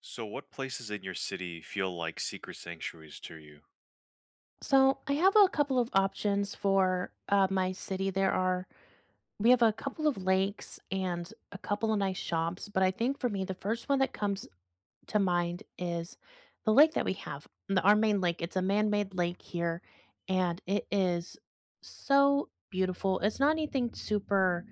So, what places in your city feel like secret sanctuaries to you? So I have a couple of options for my city. There are We have a couple of lakes and a couple of nice shops, but I think for me the first one that comes to mind is the lake that we have, our main lake. It's a man-made lake here, and it is so beautiful. It's not anything super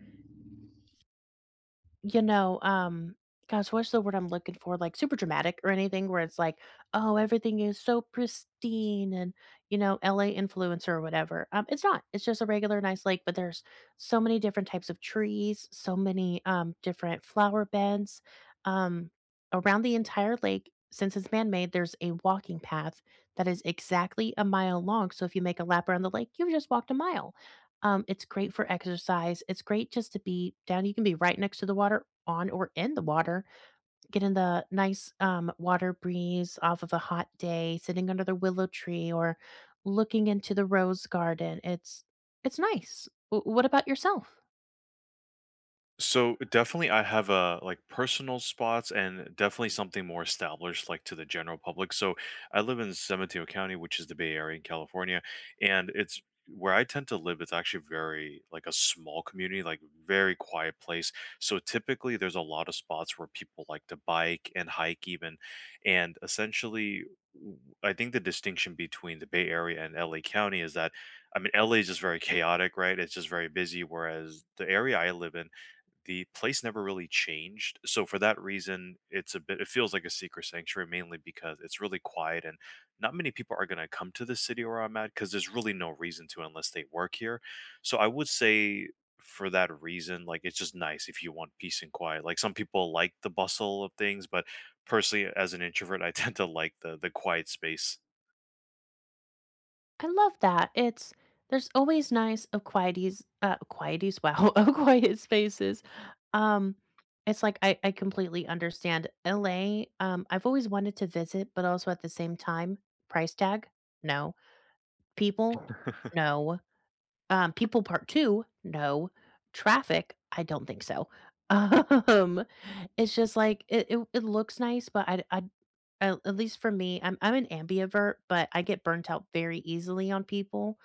you know, um, gosh, what's the word I'm looking for? Like super dramatic or anything where it's like, oh, everything is so pristine and, LA influencer or whatever. It's not. It's just a regular nice lake, but there's so many different types of trees, so many different flower beds. Um Around the entire lake, since it's man-made, there's a walking path that is exactly a mile long. So if you make a lap around the lake, you've just walked a mile. It's great for exercise. It's great just to be down. You can be right next to the water, on or in the water, getting the nice water breeze off of a hot day, sitting under the willow tree or looking into the rose garden. It's nice. What about yourself? So definitely I have a like personal spots and definitely something more established like to the general public. So I live in San Mateo County, which is the Bay Area in California, and it's where I tend to live, it's actually very like a small community, like very quiet place. So typically there's a lot of spots where people like to bike and hike even. And essentially I think the distinction between the Bay Area and LA County is that I mean LA is just very chaotic, right? It's just very busy, whereas the area I live in the place never really changed, so for that reason, it's a bit it feels like a secret sanctuary mainly because it's really quiet and not many people are gonna come to the city where I'm at because there's really no reason to unless they work here. So I would say for that reason, like, it's just nice if you want peace and quiet. Like, some people like the bustle of things, but personally, as an introvert, I tend to like the quiet space. I love that. It's There's always nice quieties. Quieties. Wow. Of quiet spaces. Um, it's like I completely understand LA. I've always wanted to visit, but also at the same time, price tag, no. People, no. People part two, no. Traffic, I don't think so. Um, it's just like it looks nice, but I at least for me, I'm an ambivert, but I get burnt out very easily on people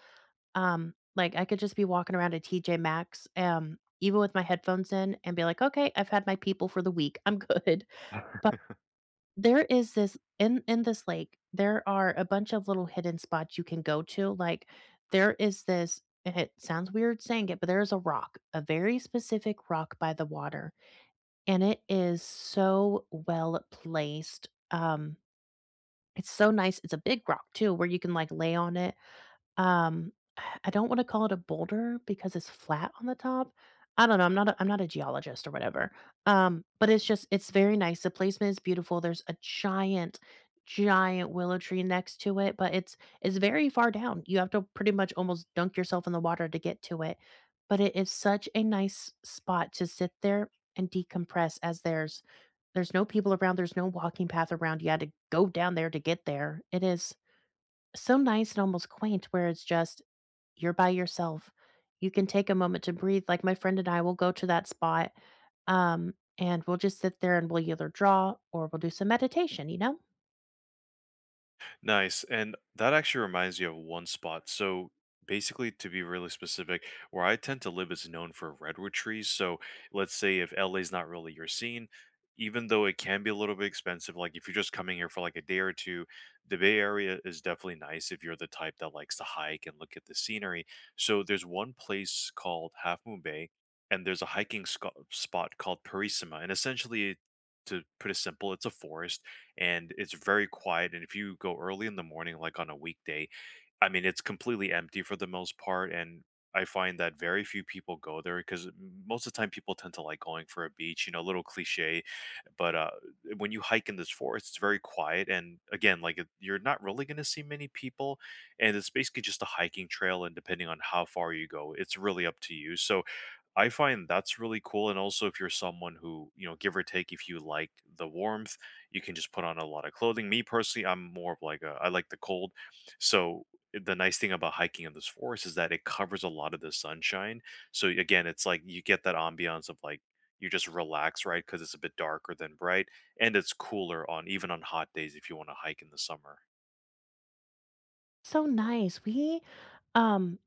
like, I could just be walking around at TJ Maxx, even with my headphones in and be like, "Okay, I've had my people for the week. I'm good." But there is this in this lake, there are a bunch of little hidden spots you can go to, like, there is this and it sounds weird saying it, but there is a rock, a very specific rock by the water, and it is so well placed. It's so nice. It's a big rock too where you can, like, lay on it um, I don't wanna call it a boulder because it's flat on the top. I don't know, I'm not a geologist or whatever. But it's just it's very nice. The placement is beautiful. There's a giant, giant willow tree next to it, but it's very far down. You have to pretty much almost dunk yourself in the water to get to it. But it is such a nice spot to sit there and decompress as there's no people around, there's no walking path around. You had to go down there to get there. It is so nice and almost quaint where it's just you're by yourself. You can take a moment to breathe. Like my friend and I will go to that spot, and we'll just sit there and we'll either draw or we'll do some meditation, you know? Nice. And that actually reminds me of one spot. So basically, to be really specific, where I tend to live is known for redwood trees. So let's say if LA is not really your scene, even though it can be a little bit expensive, like if you're just coming here for like a day or two, the Bay Area is definitely nice if you're the type that likes to hike and look at the scenery. So there's one place called Half Moon Bay, and there's a hiking spot called Parisima. And essentially, to put it simple, it's a forest and it's very quiet. And if you go early in the morning, like on a weekday, I mean, it's completely empty for the most part. And I find that very few people go there because most of the time people tend to like going for a beach, you know, a little cliche. But when you hike in this forest, it's very quiet. And again, like you're not really going to see many people. And it's basically just a hiking trail. And depending on how far you go, it's really up to you. So, I find that's really cool, and also if you're someone who, you know, give or take, if you like the warmth, you can just put on a lot of clothing. Me personally, I'm more of like a, I like the cold. So the nice thing about hiking in this forest is that it covers a lot of the sunshine. So again, it's like you get that ambiance of like you just relax, right? Because it's a bit darker than bright, and it's cooler on even on hot days if you want to hike in the summer. So nice. Um,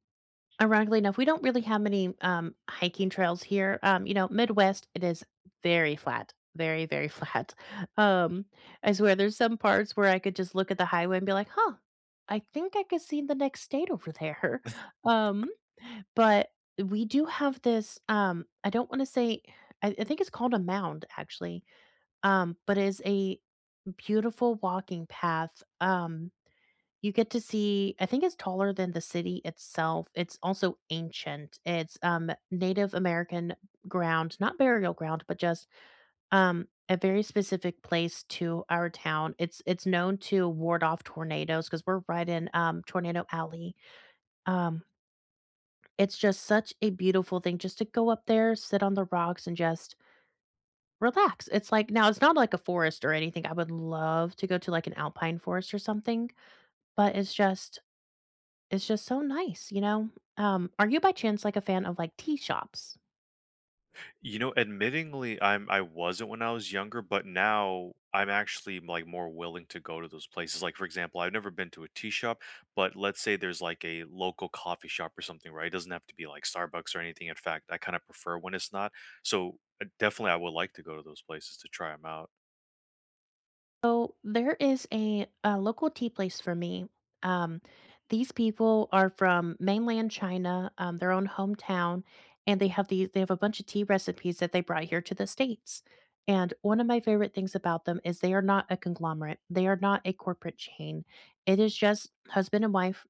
Ironically enough, we don't really have many hiking trails here. You know, Midwest, it is very flat, very, very flat. Um, I swear there's some parts where I could just look at the highway and be like, huh, I think I could see the next state over there. Um, But we do have this, I don't wanna say I think it's called a mound, actually, but it is a beautiful walking path. You get to see I think it's taller than the city itself. It's also ancient. It's, Native American ground, not burial ground, but just, a very specific place to our town. It's known to ward off tornadoes because 'cause we're right in, Tornado Alley. Um, it's just such a beautiful thing just to go up there, sit on the rocks, and just relax. It's like now it's not like a forest or anything. I would love to go to, like, an alpine forest or something, but it's just so nice, you know? Are you by chance, like, a fan of, like, tea shops? You know, admittingly, I wasn't when I was younger, but now I'm actually like more willing to go to those places. Like for example, I've never been to a tea shop, but let's say there's like a local coffee shop or something, right? It doesn't have to be like Starbucks or anything. In fact, I kind of prefer when it's not. So definitely, I would like to go to those places to try them out. So there is a local tea place for me. Um, these people are from mainland China, their own hometown, and they have these. They have a bunch of tea recipes that they brought here to the states. And one of my favorite things about them is they are not a conglomerate. They are not a corporate chain. It is just husband and wife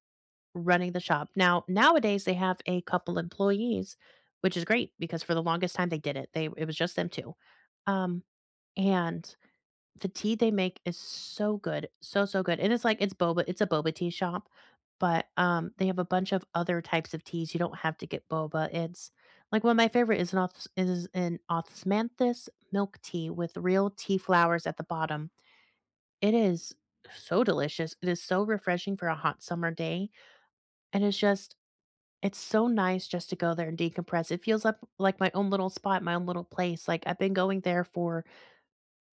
running the shop. Now nowadays they have a couple employees, which is great because for the longest time they did it. They it was just them two. Um, and The tea they make is so good, so, so good, and it's like it's a boba tea shop, but, they have a bunch of other types of teas, you don't have to get boba, it's like, one of my favorite is an os is an osmanthus milk tea with real tea flowers at the bottom. It is so delicious, it is so refreshing for a hot summer day, and it's just it's so nice just to go there and decompress, it feels like my own little spot, my own little place, like, I've been going there for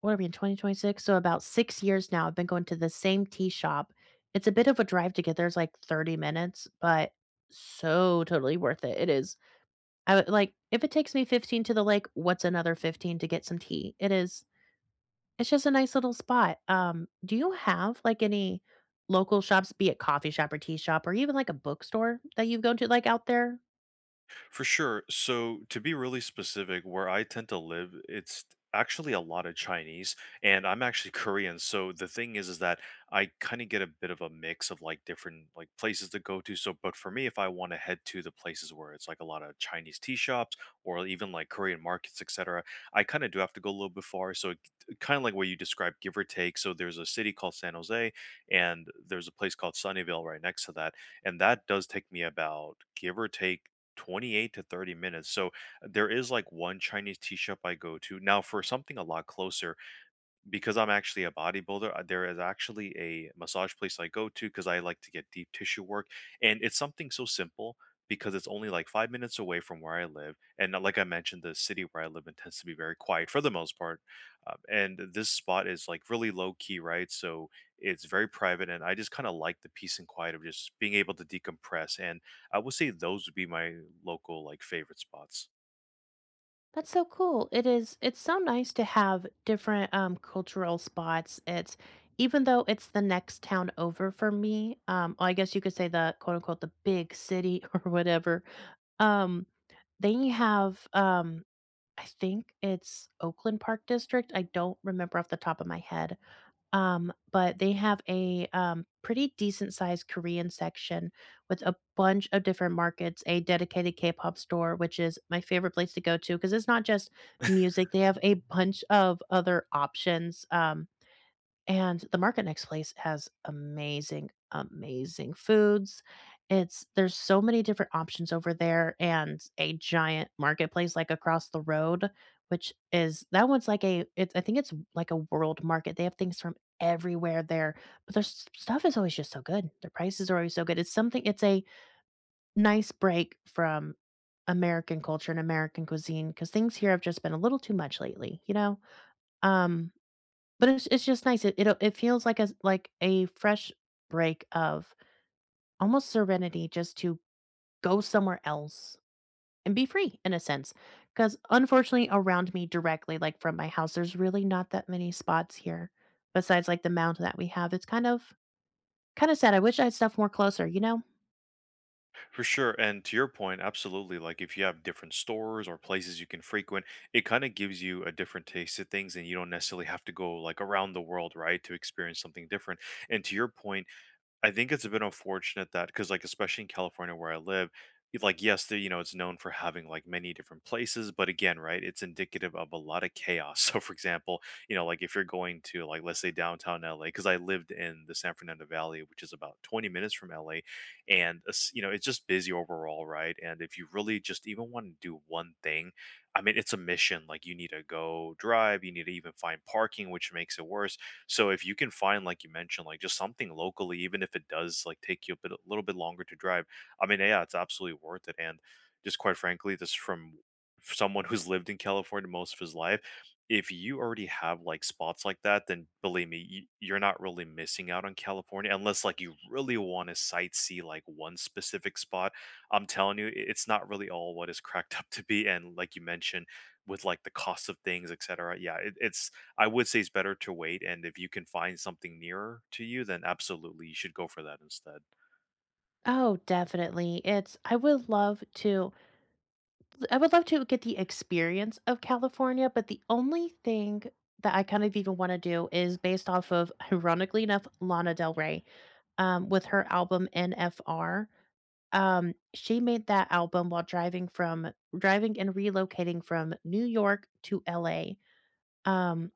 what are we in 2026? So about 6 years now, I've been going to the same tea shop. It's a bit of a drive to get there, it's like 30 minutes, but so totally worth it. It is. I would like, if it takes me 15 to the lake, what's another 15 to get some tea? It is, it's just a nice little spot. Do you have like any local shops, be it coffee shop or tea shop or even like a bookstore that you've gone to like out there? For sure. So, to be really specific, where I tend to live, it's actually a lot of Chinese, and I'm actually Korean. So the thing is that I kind of get a bit of a mix of like different like places to go to. So, but for me, if I want to head to the places where it's like a lot of Chinese tea shops or even like Korean markets, etc., I kind of do have to go a little bit far. So, kind of like what you described, give or take. So, there's a city called San Jose, and there's a place called Sunnyvale right next to that, and that does take me about give or take 28 to 30 minutes. So there is like one Chinese tea shop I go to. Now, for something a lot closer, because I'm actually a bodybuilder, there is actually a massage place I go to because I like to get deep tissue work. And it's something so simple because it's only like five minutes away from where I live. And like I mentioned, the city where I live in tends to be very quiet for the most part. And this spot is like really low key, right? So it's very private. And I just kind of like the peace and quiet of just being able to decompress. And I would say those would be my local like favorite spots. That's so cool. It's so nice to have different cultural spots. It's even though it's the next town over for me, well, I guess you could say the quote unquote the big city or whatever. Um then you have I think it's Oakland Park District. I don't remember off the top of my head, but they have a, pretty decent sized Korean section with a bunch of different markets, a dedicated K-pop store, which is my favorite place to go to because it's not just music, they have a bunch of other options, and the market next place has amazing, amazing foods. It's There's so many different options over there and a giant marketplace like across the road, which is that one's like a it's I think it's like a world market. They have things from everywhere there, but their stuff is always just so good. Their prices are always so good. It's a nice break from American culture and American cuisine because things here have just been a little too much lately, you know? Um but it's just nice. It feels like a fresh break of almost serenity just to go somewhere else and be free in a sense. Because unfortunately around me directly, like, from my house, there's really not that many spots here besides, like, the mountain that we have. It's kind of Kinda sad. I wish I had stuff more closer, you know? For sure. And to your point, absolutely. Like if you have different stores or places you can frequent, it kind of gives you a different taste of things and you don't necessarily have to go like around the world, right, to experience something different. And to your point, I think it's a bit unfortunate that because like especially in California where I live, like yes, the, you know it's known for having like many different places, but again, right, it's indicative of a lot of chaos. So for example, you know like if you're going to like let's say downtown LA, because I lived in the San Fernando Valley, which is about 20 minutes from LA, and you know it's just busy overall, right? And if you really just even want to do one thing, I mean it's a mission. Like you need to go drive, you need to even find parking, which makes it worse so if you can find, like you mentioned, like just something locally, even if it does like take you a bit a little bit longer to drive, I mean, yeah, it's absolutely worth it. And just quite frankly, this from someone who's lived in California most of his life. If you already have like spots like that, then believe me, you're not really missing out on California unless like you really want to sightsee like one specific spot. I'm telling you, it's not really all what is cracked up to be. And like you mentioned, with like the cost of things, etc. Yeah, it's I would say it's better to wait, and if you can find something nearer to you, then absolutely you should go for that instead. Oh, definitely. It's I would love to get the experience of California, but the only thing that I kind of even want to do is based off of, ironically enough, Lana Del Rey, with her album NFR. She made that album while driving and relocating from New York to LA. Um,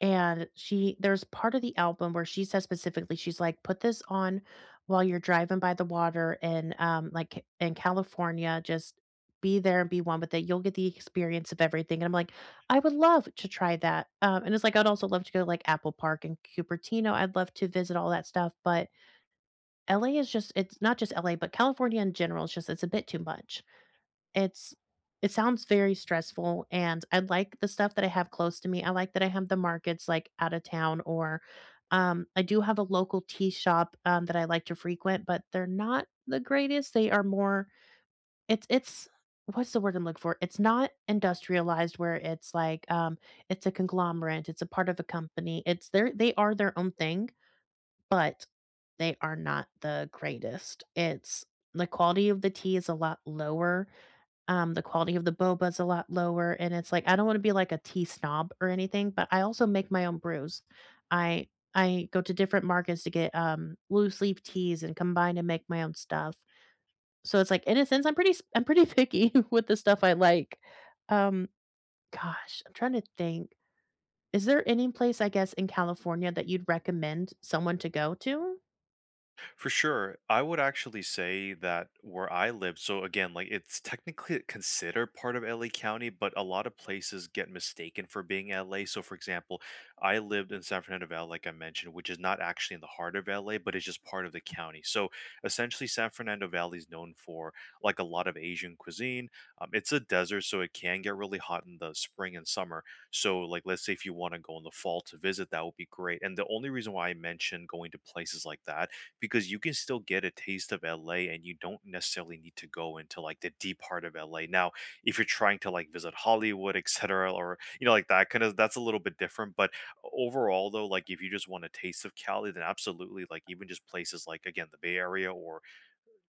and she There's part of the album where she says specifically, she's like, "Put this on while you're driving by the water and like, in California, just be there and be one with it. You'll get the experience of everything." And I'm like, "I would love to try that." And it's like, I'd also love to go to, like, Apple Park and Cupertino. I'd love to visit all that stuff, but LA is just it's not just LA, but California in general, it's just it's a bit too much. It's it sounds very stressful, and I like the stuff that I have close to me. I like that I have the markets, like, out of town or, I do have a local tea shop, that I like to frequent, but they're not the greatest. They are more It's what's the word I'm looking for? It's not industrialized where it's like, it's a conglomerate, it's a part of a company. It's their They are their own thing, but they are not the greatest. It's The quality of the tea is a lot lower. The quality of the boba is a lot lower, and it's like I don't wanna be like a tea snob or anything, but I also make my own brews. I I go to different markets to get, loose leaf teas and combine and make my own stuff. So it's like, in a sense, I'm pretty picky with the stuff I like. Um, Gosh, I'm trying to think. Is there any place, I guess, in California that you'd recommend someone to go to? For sure. I would actually say that where I live, so again, like it's technically considered part of LA County, but a lot of places get mistaken for being LA. So, for example, I lived in San Fernando Valley, like I mentioned, which is not actually in the heart of LA, but it's just part of the county. So, essentially, San Fernando Valley is known for like a lot of Asian cuisine. It's a desert, so it can get really hot in the spring and summer. So, like, let's say if you want to go in the fall to visit, that would be great. And the only reason why I mentioned going to places like that because you can still get a taste of LA and you don't necessarily need to go into like the deep heart of LA. Now, if you're trying to like visit Hollywood, etc., or you know, like that kind of that's a little bit different. But overall, though, like if you just want a taste of Cali, then absolutely, like even just places like again the Bay Area or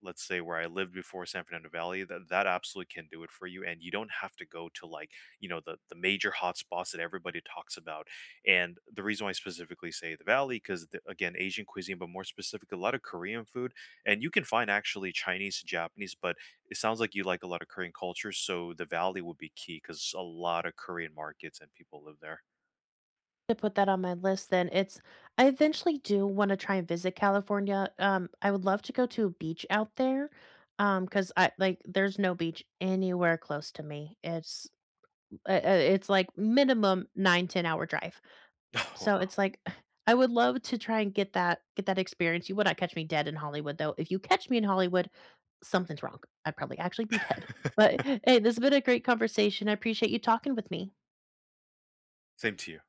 let's say where I lived before San Fernando Valley, that that absolutely can do it for you. And you don't have to go to like, you know, the major hotspots that everybody talks about. And the reason why I specifically say the valley, because again, Asian cuisine, but more specifically, a lot of Korean food. And you can find actually Chinese, Japanese, but it sounds like you like a lot of Korean culture. So the valley would be key because a lot of Korean markets and people live there. To put that on my list then. It's I eventually do want to try and visit California. I would love to go to a beach out there. Because I like there's no beach anywhere close to me. It's like minimum 9-10 hour drive. So it's like I would love to try and get that experience. You would not catch me dead in Hollywood though. If you catch me in Hollywood, something's wrong. I'd probably actually be dead. But hey, this has been a great conversation. I appreciate you talking with me. Same to you.